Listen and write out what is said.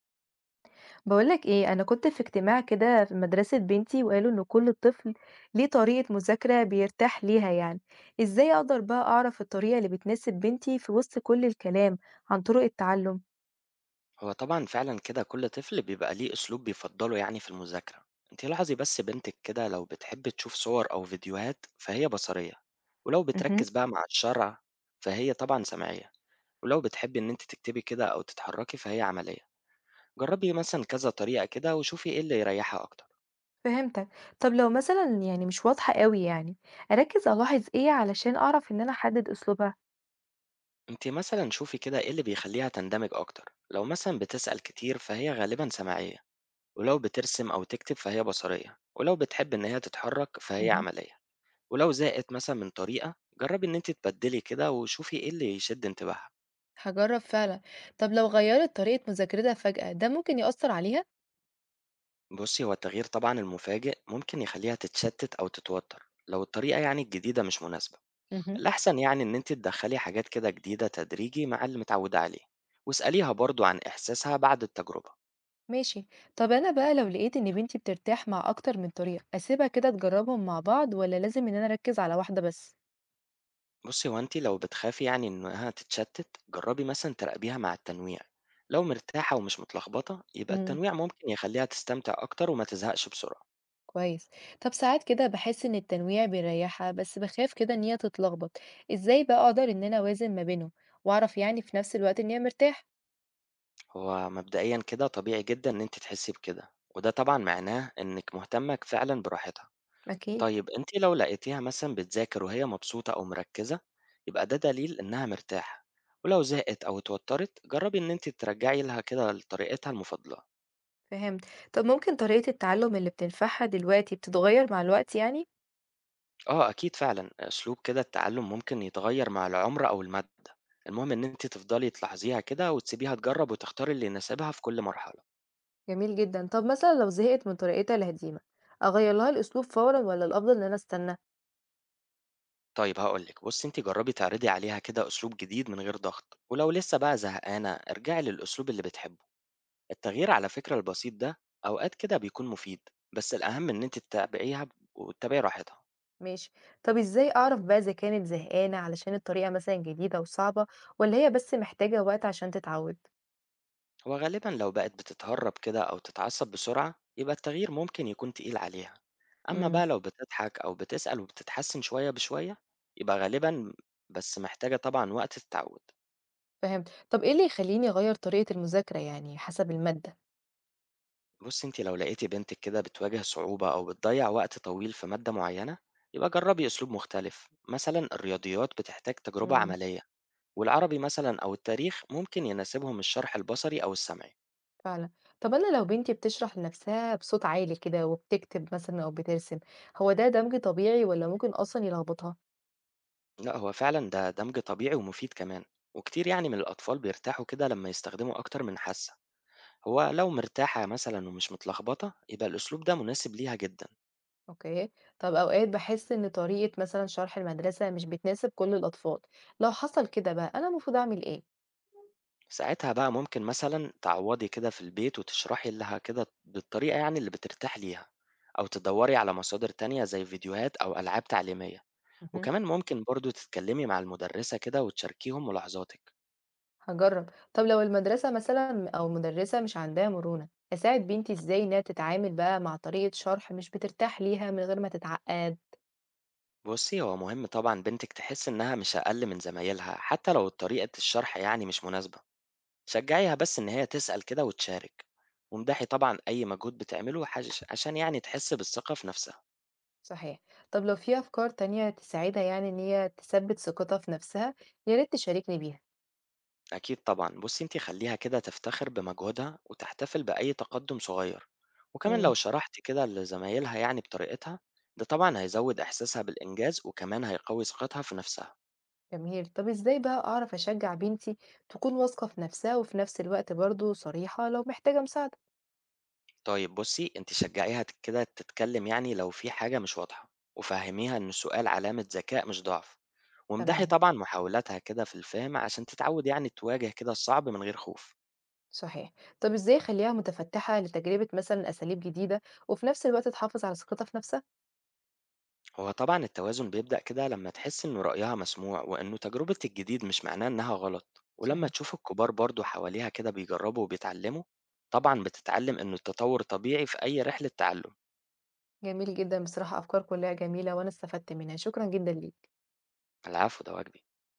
بقولك ايه، انا كنت في اجتماع كده في مدرسة بنتي وقالوا ان كل طفل ليه طريقة مذاكرة بيرتاح ليها. يعني ازاي اقدر بقى اعرف الطريقة اللي بتناسب بنتي في وسط كل الكلام عن طرق التعلم؟ هو طبعًا فعلًا كده كل طفل بيبقى ليه أسلوب بيفضّله يعني في المذاكرة، أنتِ لاحظي بس بنتِك كده لو بتحب تشوف صور أو فيديوهات فهي بصرية، ولو امم بتركّز بقى مع الشرح فهي طبعًا سمعية، ولو بتحبي إن أنتِ تكتبي كده أو تتحرّكي فهي عملية، جرّبي مثلًا كذا طريقة كده وشوفي إيه اللي يريّحها أكتر، فهمتك. طب لو مثلا يعني مش واضحة قوي، يعني اركز الاحظ ايه علشان اعرف ان انا احدد اسلوبها؟ أنتِ مثلًا شوفي كده إيه اللي بيخلّيها تندمج أكتر، لو مثلًا بتسأل كتير فهي غالبًا سمعية، ولو بترسم أو تكتب فهي بصرية، ولو بتحب إن هي تتحرّك فهي مهم. عملية. ولو زهقت مثلًا من طريقة، جرّبي إن أنتِ تبدّلي كده وشوفي إيه اللي يشد انتباهها. هجرب فعلا. طب لو غيرت طريقة مذاكرتها فجأة ده ممكن يأثر عليها؟ بُصّي، هو التغيير طبعًا المفاجئ ممكن يخلّيها تتشتت أو تتوتر لو الطريقة يعني الجديدة مش مناسبة. مهم. الأحسن يعني إن أنتِ تدخّلي حاجات كده جديدة تدريجي مع اللي متعودة عليه، واسأليها برضه عن إحساسها بعد التجربة. ماشي. طب أنا بقى لو لقيت إن بنتي بترتاح مع أكتر من طريقة، أسيبها كده تجربهم مع بعض ولا لازم إن أنا أركز على واحدة بس؟ بُصّي، هو أنتِ لو بتخافي يعني إنها تتشتت، جرّبي مثلًا تراقبيها مع التنويع، لو مرتاحة ومش متلخبطة، يبقى امم. التنويع ممكن يخلّيها تستمتع أكتر وما تزهقش بسرعة. كويس. طب ساعات كده بحس إن التنويع بيريحها، بس بخاف كده إن هي تتلخبط. إزاي بقى أقدر إن أنا أوازن ما بينهم وأعرف يعني في نفس الوقت إن هي مرتاحة؟ هو مبدئيًا كده طبيعي جدًا إن أنتِ تحسّي بكده، وده طبعًا معناه إنِّك مهتمة ك فعلًا براحتها. أكيد. طيب أنتِ لو لقيتيها مثلًا بتذاكر وهي مبسوطة أو مركّزة، يبقى ده دليل إنها مرتاحة، ولو زهقت أو اتوتّرت جرّبي إن أنتِ ترجّعي لها كده لطريقتها المفضلة. فهمت. طب ممكن طريقة التعلم اللي بتنفعها دلوقتي بتتغير مع الوقت يعني؟ آه أكيد فعلًا، أسلوب كده التعلُّم ممكن يتغيّر مع العُمر أو المادة، المهم إن أنتِ تفضلي تلاحظيها كده وتسيبيها تجرّب وتختار اللي يناسبها في كل مرحلة. جميل جدا. طب مثلا لو زهقت من طريقتها القديمة، أغير لها الأسلوب فورا ولا الأفضل إن أنا أستنى؟ طيب هاقول لِك، بُصّي أنتِ جرّبي تعرضي عليها كده أسلوب جديد من غير ضغط، ولو لسه بقى زهقانة ارجعي للأسلوب اللي بتحبه، التغيير على فكرة البسيط ده أوقات كده بيكون مفيد، بس الأهم إن أنتِ تتابعيها ب وتتابعي راحتها، ماشي. طب إزاي أعرف بقى إذا كانت زهقانة علشان الطريقة مثلًا جديدة وصعبة، والّا هي بس محتاجة وقت عشان تتعود؟ هو غالبًا لو بقت بتتهرب كده أو تتعصب بسرعة يبقى التغيير ممكن يكون تقيل عليها، أمّا إمم. بقى لو بتضحك أو بتسأل وبتتحسن شوية بشوية يبقى غالبًا بس محتاجة طبعًا وقت تتعود. فهمت. طب إيه اللي يخلّيني أغيّر طريقة المذاكرة يعني حسب المادة؟ بُصّي، أنتِ لو لقيتِ بنتِك كده بتواجه صعوبة أو بتضيّع وقت طويل في مادة معيّنة، يبقى جرّبي أسلوب مختلف، مثلًا الرياضيات بتحتاج تجربة إمم. عملية، والعربي مثلًا أو التاريخ ممكن يناسبهم الشرح البصري أو السمعي. فعلًا. طب أنا لو بنتي بتشرح لنفسها بصوت عالي كده وبتكتب مثلًا أو بترسم، هو ده دمج طبيعي والّا ممكن أصلًا يلخبطها؟ لأ، هو فعلًا ده دمج طبيعي ومفيد كمان، وكتير يعني من الأطفال بيرتاحوا كده لمّا يستخدموا أكتر من حاسة. هو لو مرتاحة مثلًا ومش متلخبطة، يبقى الأسلوب ده مناسب ليها جدًا. أوكي. طب أوقات باحس إن طريقة مثلًا شرح المدرسة مش بتناسب كل الأطفال، لو حصل كده بقى أنا المفروض أعمل إيه؟ ساعتها بقى ممكن مثلًا تعوّضي كده في البيت وتشرحي لها كده بالطريقة يعني اللي بترتاح ليها، أو تدوّري على مصادر تانية زي فيديوهات أو ألعاب تعليمية، اهم. وكمان ممكن برضه تتكلمي مع المدرسة كده وتشاركيهم ملاحظاتِك. هاجرّب. طب لو المدرسة مثلًا أو المُدرّسة مش عندها مرونة، أساعد بنتي إزاي إنها تتعامل بقى مع طريقة شرح مش بترتاح ليها من غير ما تتعقّد؟ بُصّي، هو مهم طبعًا بنتِك تحس إنها مش أقل من زمايلها حتى لو طريقة الشرح يعني مش مناسبة، شجعيها بس إن هي تسأل كده وتشارك، وامدحي طبعًا أي مجهود بتعمله حش عشان يعني تحس بالثقة في نفسها. صحيح. طب لو في أفكار تانية تساعدها، يعني إن هي تثبّت ثقتها في نَفْسها، يا ريت تشاركني بيها. أكيد طبعا بصي أنت خليها كده تفتخر بمجهودها وتحتفل بأي تقدم صغير وكمان إمم. لو شرحت كده لزمايلها يعني بطريقتها ده طبعا هيزود إحساسها بالإنجاز وكمان هيقوي ثقتها في نفسها. جميل. طب إزاي بقى أعرف أشجّع بنتي تكون واثقة في نَفْسها وفي نَفْس الوقت برضه صريحة لو محتاجة مساعدة؟ طيب بصي أنت شجعيها كده تتكلم يعني لو في حاجة مش واضحة وفهميها إن السؤال علامة ذكاء مش ضعف، وامدحي تمام. طبعا محاولاتها كده في الفهم عشان تتعود يعني تواجه كده الصعب من غير خوف. صحيح. طب إزاي أخلّيها مُتفتّحة لتجربة مثلًا أساليب جديدة وفي نَفْس الوقت تحافظ على ثقتها في نَفْسها؟ هو طبعًا التوازن بيبدأ كده لمّا تحس إنه رأيها مسموع، وإنه تجربة الجديد مش معناه إنها غلط، ولمّا صحيح. تشوف الكبار برضه حواليها كده بيجربوا وبيتعلموا، طبعًا بتتعلم إنه التطور طبيعي في أي رحلة تعلم. جميل جدًا، بصراحة أفكار كلّها جميلة وأنا استفدت منها، شكرًا جدًا ليك. العفو، ده واجبي.